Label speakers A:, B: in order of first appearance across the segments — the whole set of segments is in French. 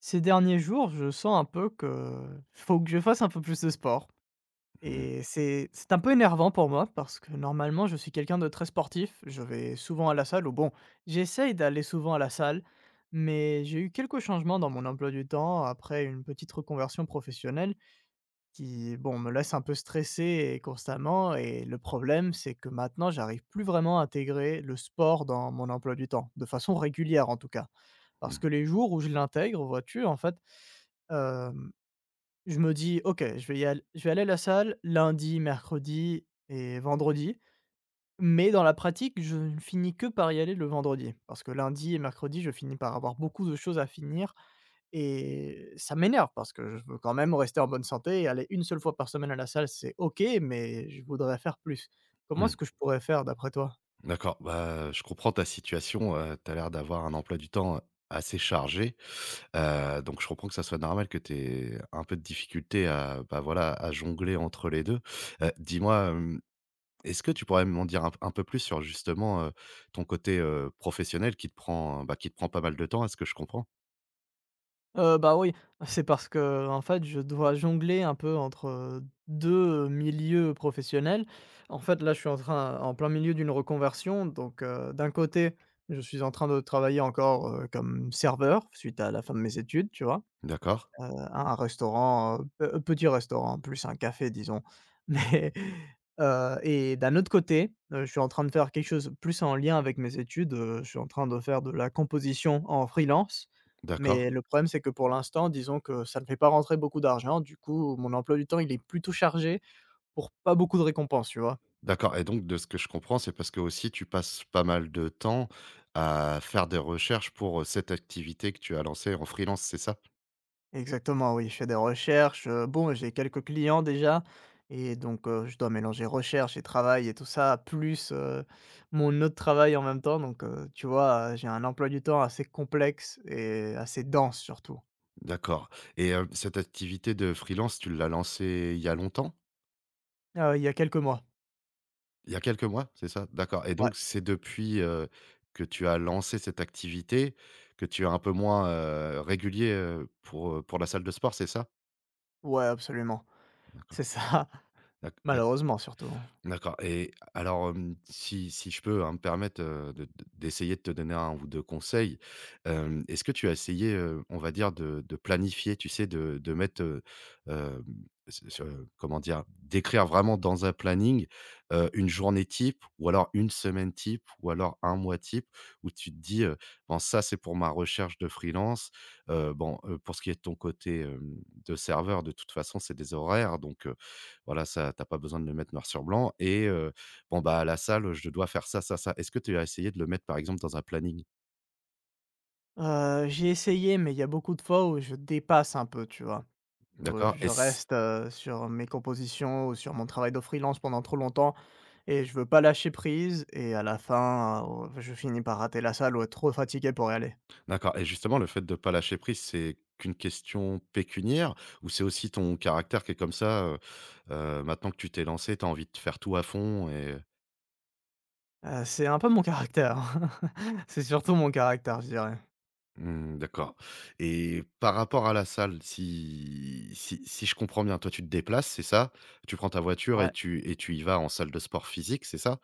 A: Ces derniers jours, je sens un peu que faut que je fasse un peu plus de sport
B: Mmh.
A: et c'est un peu énervant pour moi parce que normalement, je suis quelqu'un de très sportif. Je vais souvent à la salle ou bon, j'essaye d'aller souvent à la salle, mais j'ai eu quelques changements dans mon emploi du temps après une petite reconversion professionnelle qui, bon, me laisse un peu stressé et constamment et le problème, c'est que maintenant, j'arrive plus vraiment à intégrer le sport dans mon emploi du temps, de façon régulière en tout cas. Parce
B: Mmh
A: que les jours où je l'intègre, vois-tu, en fait, Hem, je me dis: «OK, je vais y al je vais aller à la salle lundi, mercredi et vendredi», mais dans la pratique, je ne finis que par y aller le vendredi. Parce que lundi et mercredi, je finis par avoir beaucoup de choses à finir et ça m'énerve parce que je veux quand même rester en bonne santé et aller une seule fois par semaine à la salle, c'est OK, mais je voudrais faire plus. Comment
B: mh.
A: est-ce que je pourrais faire d'après toi?
B: D'accord, bah, je comprends ta situation, tu as l'air d'avoir un emploi du temps assez chargé. Donc je comprends que ça soit normal que tu aies un peu de difficulté à, bah, voilà, à jongler entre les 2. Dis-moi, est-ce que tu pourrais m'en dire un peu plus sur justement, ton côté, professionnel qui te prend, bah, qui te prend pas mal de temps à ce que je comprends?
A: Bah, oui, c'est parce qu'en fait, je dois jongler un peu entre, 2 milieux professionnels. En fait, là, je suis en train en plein milieu d'une reconversion, donc d'un côté, je suis en train de travailler encore, comme serveur suite à la fin de mes études, tu vois?
B: D'accord,
A: Hein, un restaurant, pe petit restaurant, plus un café disons. Mais, et d'un autre côté, je suis en train de faire quelque chose plus en lien avec mes études, je suis en train de faire de la composition en freelance.
B: d'accord.
A: Mais le problème, c'est que pour l'instant, disons que ça ne fait pas rentrer beaucoup d'argent, du coup, mon emploi du temps, il est plutôt chargé pour pas beaucoup de récompenses, tu vois?
B: D'accord et donc de ce que je comprends, c'est parce que aussi, tu passes pas mal de temps à faire des recherches pour, cette activité que tu as lancée en freelance, c'est ça?
A: Exactement, oui, je fais des recherches, bon, j'ai quelques clients déjà et donc je dois mélanger recherche et travail et tout ça, plus, mon autre travail en même temps donc tu vois, j'ai un emploi du temps assez complexe et assez dense surtout.
B: D'accord et cette activité de freelance, tu l'as lancée il y a longtemps?
A: Il y a quelques mois.
B: Il y a quelques mois, c'est ça? D'accord et
A: Ouais,
B: donc c'est depuis, que tu as lancé cette activité, que tu es un peu moins, régulier, pour la salle de sport, c'est ça?
A: ouais, absolument.
B: D'accord.
A: C'est ça,
B: d'ac
A: malheureusement surtout, hein.
B: D'accord et alors, si je peux, hein, me permettre, de d'essayer de te donner un ou 2 conseils, est-ce que tu as essayé, on va dire de planifier, tu sais, de mettre, hem, ce comment dire? D'écrire vraiment dans un planning, une journée type ou alors une semaine type ou alors un mois type où tu te dis, «Bon ça c'est pour ma recherche de freelance», bon, pour ce qui est de ton côté, de serveur de toute façon c'est des horaires donc, voilà, ça, tu pas besoin de le mettre noir sur blanc et bon, bah, à la salle, je dois faire ça, ça, ça. Est-ce que tu as essayé de le mettre, par exemple, dans un planning?
A: J'ai essayé mais il y a beaucoup de fois où je dépasse un peu, tu vois? Heu,
B: D'accord
A: je
B: et c
A: reste, sur mes compositions ou sur mon travail de freelance pendant trop longtemps et je veux pas lâcher prise et à la fin, je finis par rater la salle ou être trop fatigué pour y aller.
B: d'accord et justement le fait de pas lâcher prise, c'est qu'une question pécuniaire ou c'est aussi ton caractère qui est comme ça, maintenant que tu t'es lancé, tu as envie de faire tout à fond et
A: C'est un peu mon caractère. C'est surtout mon caractère, je dirais.
B: mmh, d'accord. Et par rapport à la salle, si je comprends bien, toi, tu te déplaces, c'est ça? Tu prends ta voiture
A: Ouais,
B: et tu y vas en salle de sport physique, c'est ça?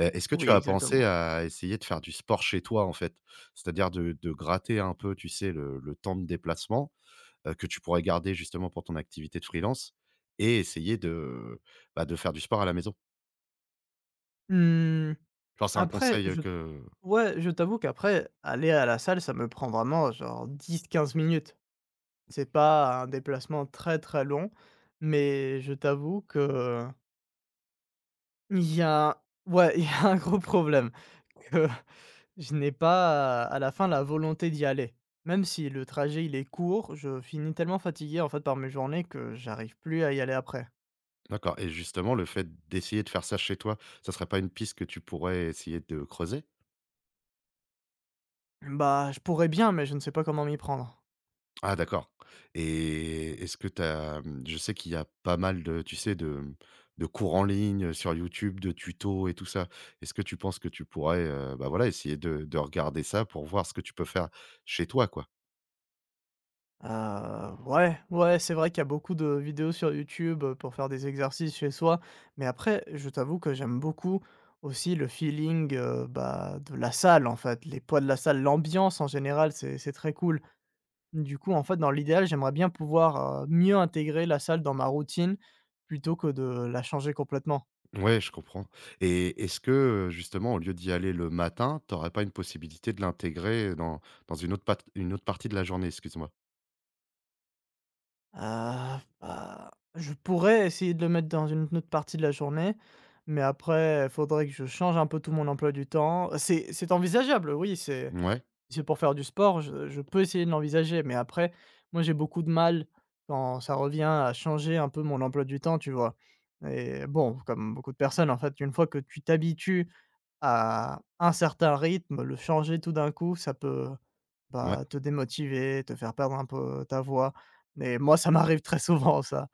B: Est-ce que tu
A: oui,
B: as pensé
A: exactement.
B: à essayer de faire du sport chez toi, en fait? C'est-à-dire de gratter un peu, tu sais, le temps de déplacement, que tu pourrais garder justement pour ton activité de freelance et essayer de, bah, de faire du sport à la maison?
A: Mmh.
B: Genre, c'est un
A: après
B: conseil,
A: je
B: que
A: Ouais, je t'avoue qu'après aller à la salle, ça me prend vraiment genre 10 15 minutes. C'est pas un déplacement très, très long mais je t'avoue que Il y a un- ouais, il y a un gros problème, que je n'ai pas, à la fin, la volonté d'y aller. Même si le trajet, il est court, je finis tellement fatigué, en fait, par mes journées que j'arrive plus à y aller après.
B: D'accord et justement le fait d'essayer de faire ça chez toi, ça serait pas une piste que tu pourrais essayer de creuser?
A: Bah, je pourrais bien, mais je ne sais pas comment m'y prendre.
B: Ah d'accord. Et est-ce que tu as, mmh, je sais qu'il y a pas mal de, tu sais, de, mmh, de cours en ligne, sur YouTube, de tutos et tout ça. Est-ce que tu penses que tu pourrais, bah, voilà, essayer de regarder ça pour voir ce que tu peux faire chez toi, quoi?
A: Ouais, ouais, c'est vrai qu'il y a beaucoup de vidéos sur YouTube, pour faire des exercices chez soi, mais après, je t'avoue que j'aime beaucoup aussi le feeling, bah, de la salle, en fait, les poids de la salle, l'ambiance en général, c'est très cool. Du coup, en fait, dans l'idéal, j'aimerais bien pouvoir, mieux intégrer la salle dans ma routine plutôt que de la changer complètement.
B: Ouais, je comprends. Et est-ce que, justement, au lieu d'y aller le matin, tu aurais pas une possibilité de l'intégrer dans dans une autre partie de la journée? Excuse-moi.
A: Heu, bah, je pourrais essayer de le mettre dans une autre partie de la journée, mais après, il faudrait que je change un peu tout mon emploi du temps. C'est envisageable, oui, c'est
B: Ouais,
A: si c'est pour faire du sport, je peux essayer de l'envisager, mais après, moi, j'ai beaucoup de mal quand ça revient à changer un peu mon emploi du temps, tu vois? Et bon, comme beaucoup de personnes, en fait, une fois que tu t'habitues à un certain rythme, le changer tout d'un coup, ça peut,
B: ouais.
A: bah, te démotiver, te faire perdre un peu ta voix. Mais moi, ça m'arrive très souvent ça.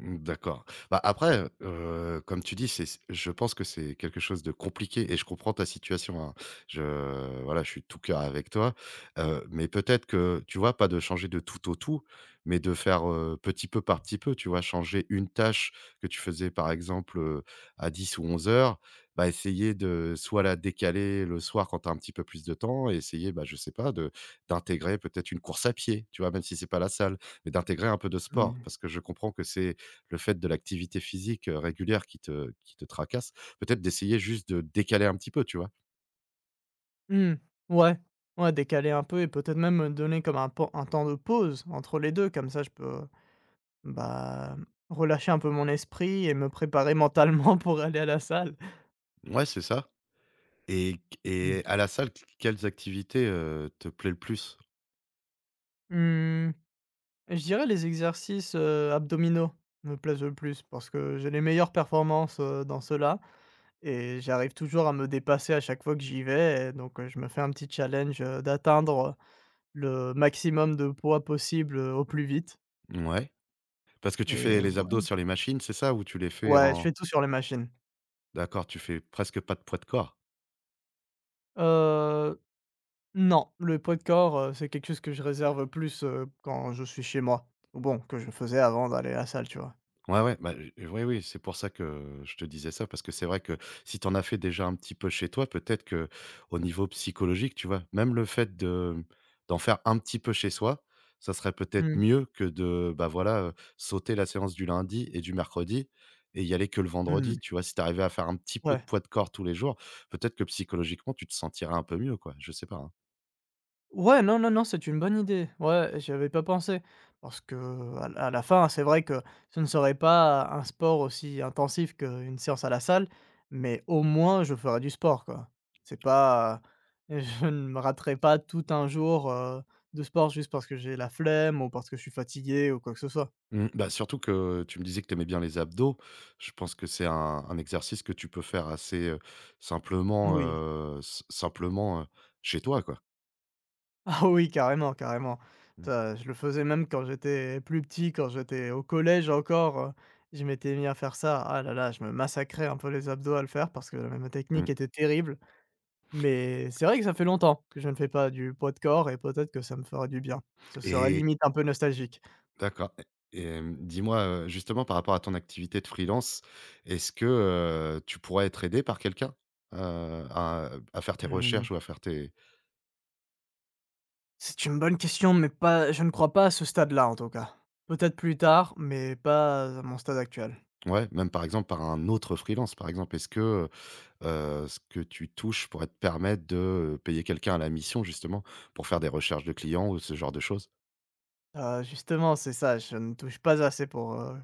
B: Mmh, d'accord. Bah, après, comme tu dis, c'est je pense que c'est quelque chose de compliqué et je comprends ta situation, hein. Je voilà, je suis de tout cœur avec toi, mais peut-être que, tu vois, pas de changer de tout au tout, mais de faire, petit peu par petit peu, tu vois? Changer une tâche que tu faisais, par exemple, à 10 ou 11 heures, bah, essayer de soit la décaler le soir quand tu as un petit peu plus de temps et essayer, bah, je sais pas, de d'intégrer peut-être une course à pied, tu vois? Même si c'est pas la salle, mais d'intégrer un peu de sport.
A: Mmh.
B: Parce que je comprends que c'est le fait de l'activité physique, régulière qui te tracasse, peut-être d'essayer juste de décaler un petit peu, tu vois?
A: Mmh, ouais, ouais, décaler un peu et peut-être même me donner comme un temps de pause entre les 2, comme ça je peux, bah, relâcher un peu mon esprit et me préparer mentalement pour aller à la salle.
B: Ouais, c'est ça. et
A: Mmh.
B: et à la salle, quelles activités, te plaît le plus?
A: Mmh, je dirais les exercices, abdominaux me plaisent le plus parce que j'ai les meilleures performances, dans ceux-là. Et j'arrive toujours à me dépasser à chaque fois que j'y vais, et donc, je me fais un petit challenge, d'atteindre, le maximum de poids possible, au plus vite
B: Ouais, parce que tu fais
A: et
B: les abdos
A: ouais.
B: sur les machines, c'est ça? Ou tu les fais
A: Ouais, je fais
B: en
A: tout sur les machines.
B: d'accord, tu fais presque pas de poids de corps?
A: Heu, non, le poids de corps, c'est quelque chose que je réserve plus, quand je suis chez moi. Ou bon, que je faisais avant d'aller à la salle, tu vois?
B: Ouais, ouais, bah, oui, oui, c'est pour ça que je te disais ça, parce que c'est vrai que si tu en as fait déjà un petit peu chez toi, peut-être que au niveau psychologique, tu vois? Même le fait de d'en faire un petit peu chez soi, ça serait peut-être
A: Mmh.
B: mieux que de, bah, voilà, sauter la séance du lundi et du mercredi et y aller que le vendredi,
A: Mmh.
B: tu vois? Si tu arrivais à faire un petit peu de
A: Ouais.
B: poids de corps tous les jours, peut-être que psychologiquement, tu te sentirais un peu mieux, quoi, je sais pas, hein.
A: Ouais, non, non, non, c'est une bonne idée. Ouais, j'y avais pas pensé parce qu'à la fin, c'est vrai que ce ne serait pas un sport aussi intensif qu'une séance à la salle, mais au moins je ferais du sport, quoi. C'est pas je ne me raterai pas tout un jour, de sport juste parce que j'ai la flemme ou parce que je suis fatigué ou quoi que ce soit.
B: Mmh, bah, surtout que tu me disais que tu aimais bien les abdos. Je pense que c'est un exercice que tu peux faire assez, simplement,
A: Oui.
B: s simplement, chez toi, quoi.
A: Ah oui, carrément, carrément.
B: Mmh,
A: Ça, je le faisais même quand j'étais plus petit, quand j'étais au collège encore, je m'étais mis à faire ça. Ah là là, je me massacrais un peu les abdos à le faire parce que ma technique
B: mmh
A: était terrible, mais c'est vrai que ça fait longtemps que je ne fais pas du poids de corps et peut-être que ça me ferait du bien. Ce serait
B: et
A: limite un peu nostalgique.
B: d'accord et dis-moi, justement par rapport à ton activité de freelance, est-ce que, tu pourrais être aidé par quelqu'un? Heu, à faire tes
A: Mmh,
B: recherches ou à faire tes
A: c'est une bonne question, mais pas je ne crois pas à ce stade-là, en tout cas. Peut-être plus tard, mais pas à mon stade actuel.
B: ouais, même par exemple par un autre freelance, par exemple? Est-ce que, ce que tu touches pourrait te permettre de, payer quelqu'un à la mission justement, pour faire des recherches de clients ou ce genre de choses?
A: Justement, c'est ça, je ne touche pas assez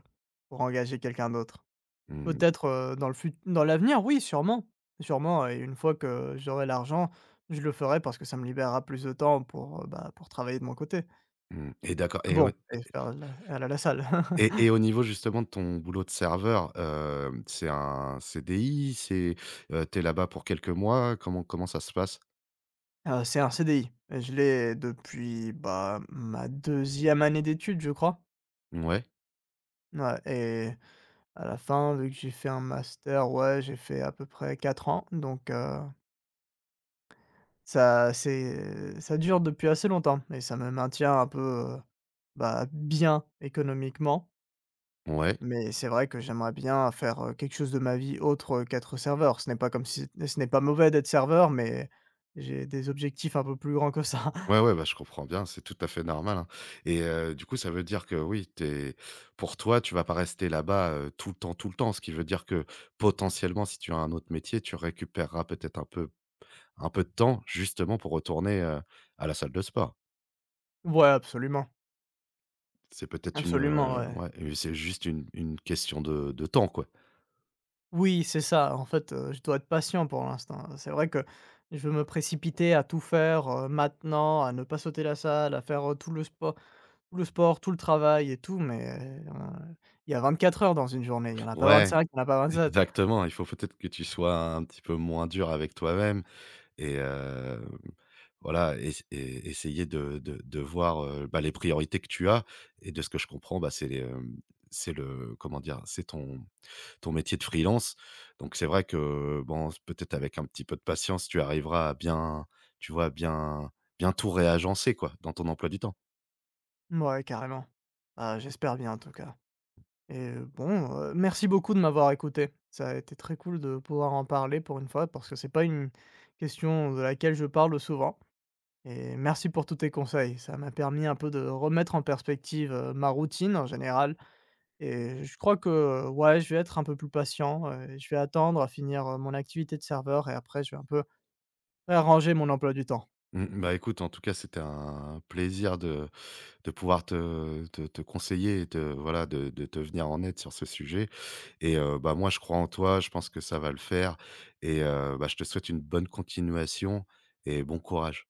A: pour engager quelqu'un d'autre.
B: Mmh,
A: Peut-être, dans le fut dans l'avenir, oui, sûrement. Sûrement et une fois que j'aurai l'argent, je le ferai parce que ça me libérera plus de temps pour, bah, pour travailler de mon côté.
B: mmh et d'accord et au
A: Bon et faire la aller à la salle.
B: et et au niveau justement de ton boulot de serveur, c'est un CDI? C'est, tu là-bas pour quelques mois? Comment ça se passe?
A: C'est un CDI. Je l'ai depuis, bah, ma deuxième année d'études, je crois.
B: Ouais,
A: Ouais et à la fin, vu que j'ai fait un master, ouais, j'ai fait à peu près 4 ans donc ça dure depuis assez longtemps et ça me maintient un peu, heu, bah, bien économiquement.
B: ouais.
A: Mais c'est vrai que j'aimerais bien faire, quelque chose de ma vie autre qu'être serveur. Ce n'est pas comme si ce n'est pas mauvais d'être serveur, mais j'ai des objectifs un peu plus grands que ça.
B: Ouais, ouais, bah, je comprends bien, c'est tout à fait normal, hein. Et du coup, ça veut dire que oui, t'es pour toi, tu vas pas rester là-bas, tout le temps, tout le temps. Ce qui veut dire que potentiellement, si tu as un autre métier, tu récupéreras peut-être un peu, un peu de temps justement pour retourner, à la salle de sport.
A: Ouais, absolument,
B: C'est peut-être une,
A: absolument, ouais.
B: ouais, c'est juste une question de temps, quoi.
A: Oui, c'est ça. En fait, je dois être patient pour l'instant. C'est vrai que je veux me précipiter à tout faire, maintenant, à ne pas sauter la salle, à faire, tout le sport, tout le travail et tout, mais, heu, il y a 24 heures dans une journée, il y en a pas
B: Ouais,
A: 25, il y en a pas 27.
B: exactement, il faut peut-être que tu sois un petit peu moins dur avec toi-même et voilà et essayer de voir, bah, les priorités que tu as et de ce que je comprends, bah, c'est les, c'est le comment dire? C'est ton métier de freelance. Donc c'est vrai que bon, peut-être avec un petit peu de patience, tu arriveras à bien, tu vois, à bien tout réagencer quoi dans ton emploi du temps.
A: Mouais, carrément. Bah, j'espère bien en tout cas. Et bon, merci beaucoup de m'avoir écouté. Ça a été très cool de pouvoir en parler pour une fois parce que c'est pas une question de laquelle je parle souvent et merci pour tous tes conseils. Ça m'a permis un peu de remettre en perspective, ma routine en général et je crois que, ouais, je vais être un peu plus patient, je vais attendre à finir, mon activité de serveur et après je vais un peu réarranger mon emploi du temps.
B: Mm, bah écoute, en tout cas, c'était un plaisir de pouvoir te conseiller et de, voilà, de te venir en aide sur ce sujet. Et bah moi, je crois en toi, je pense que ça va le faire. Et bah, je te souhaite une bonne continuation et bon courage.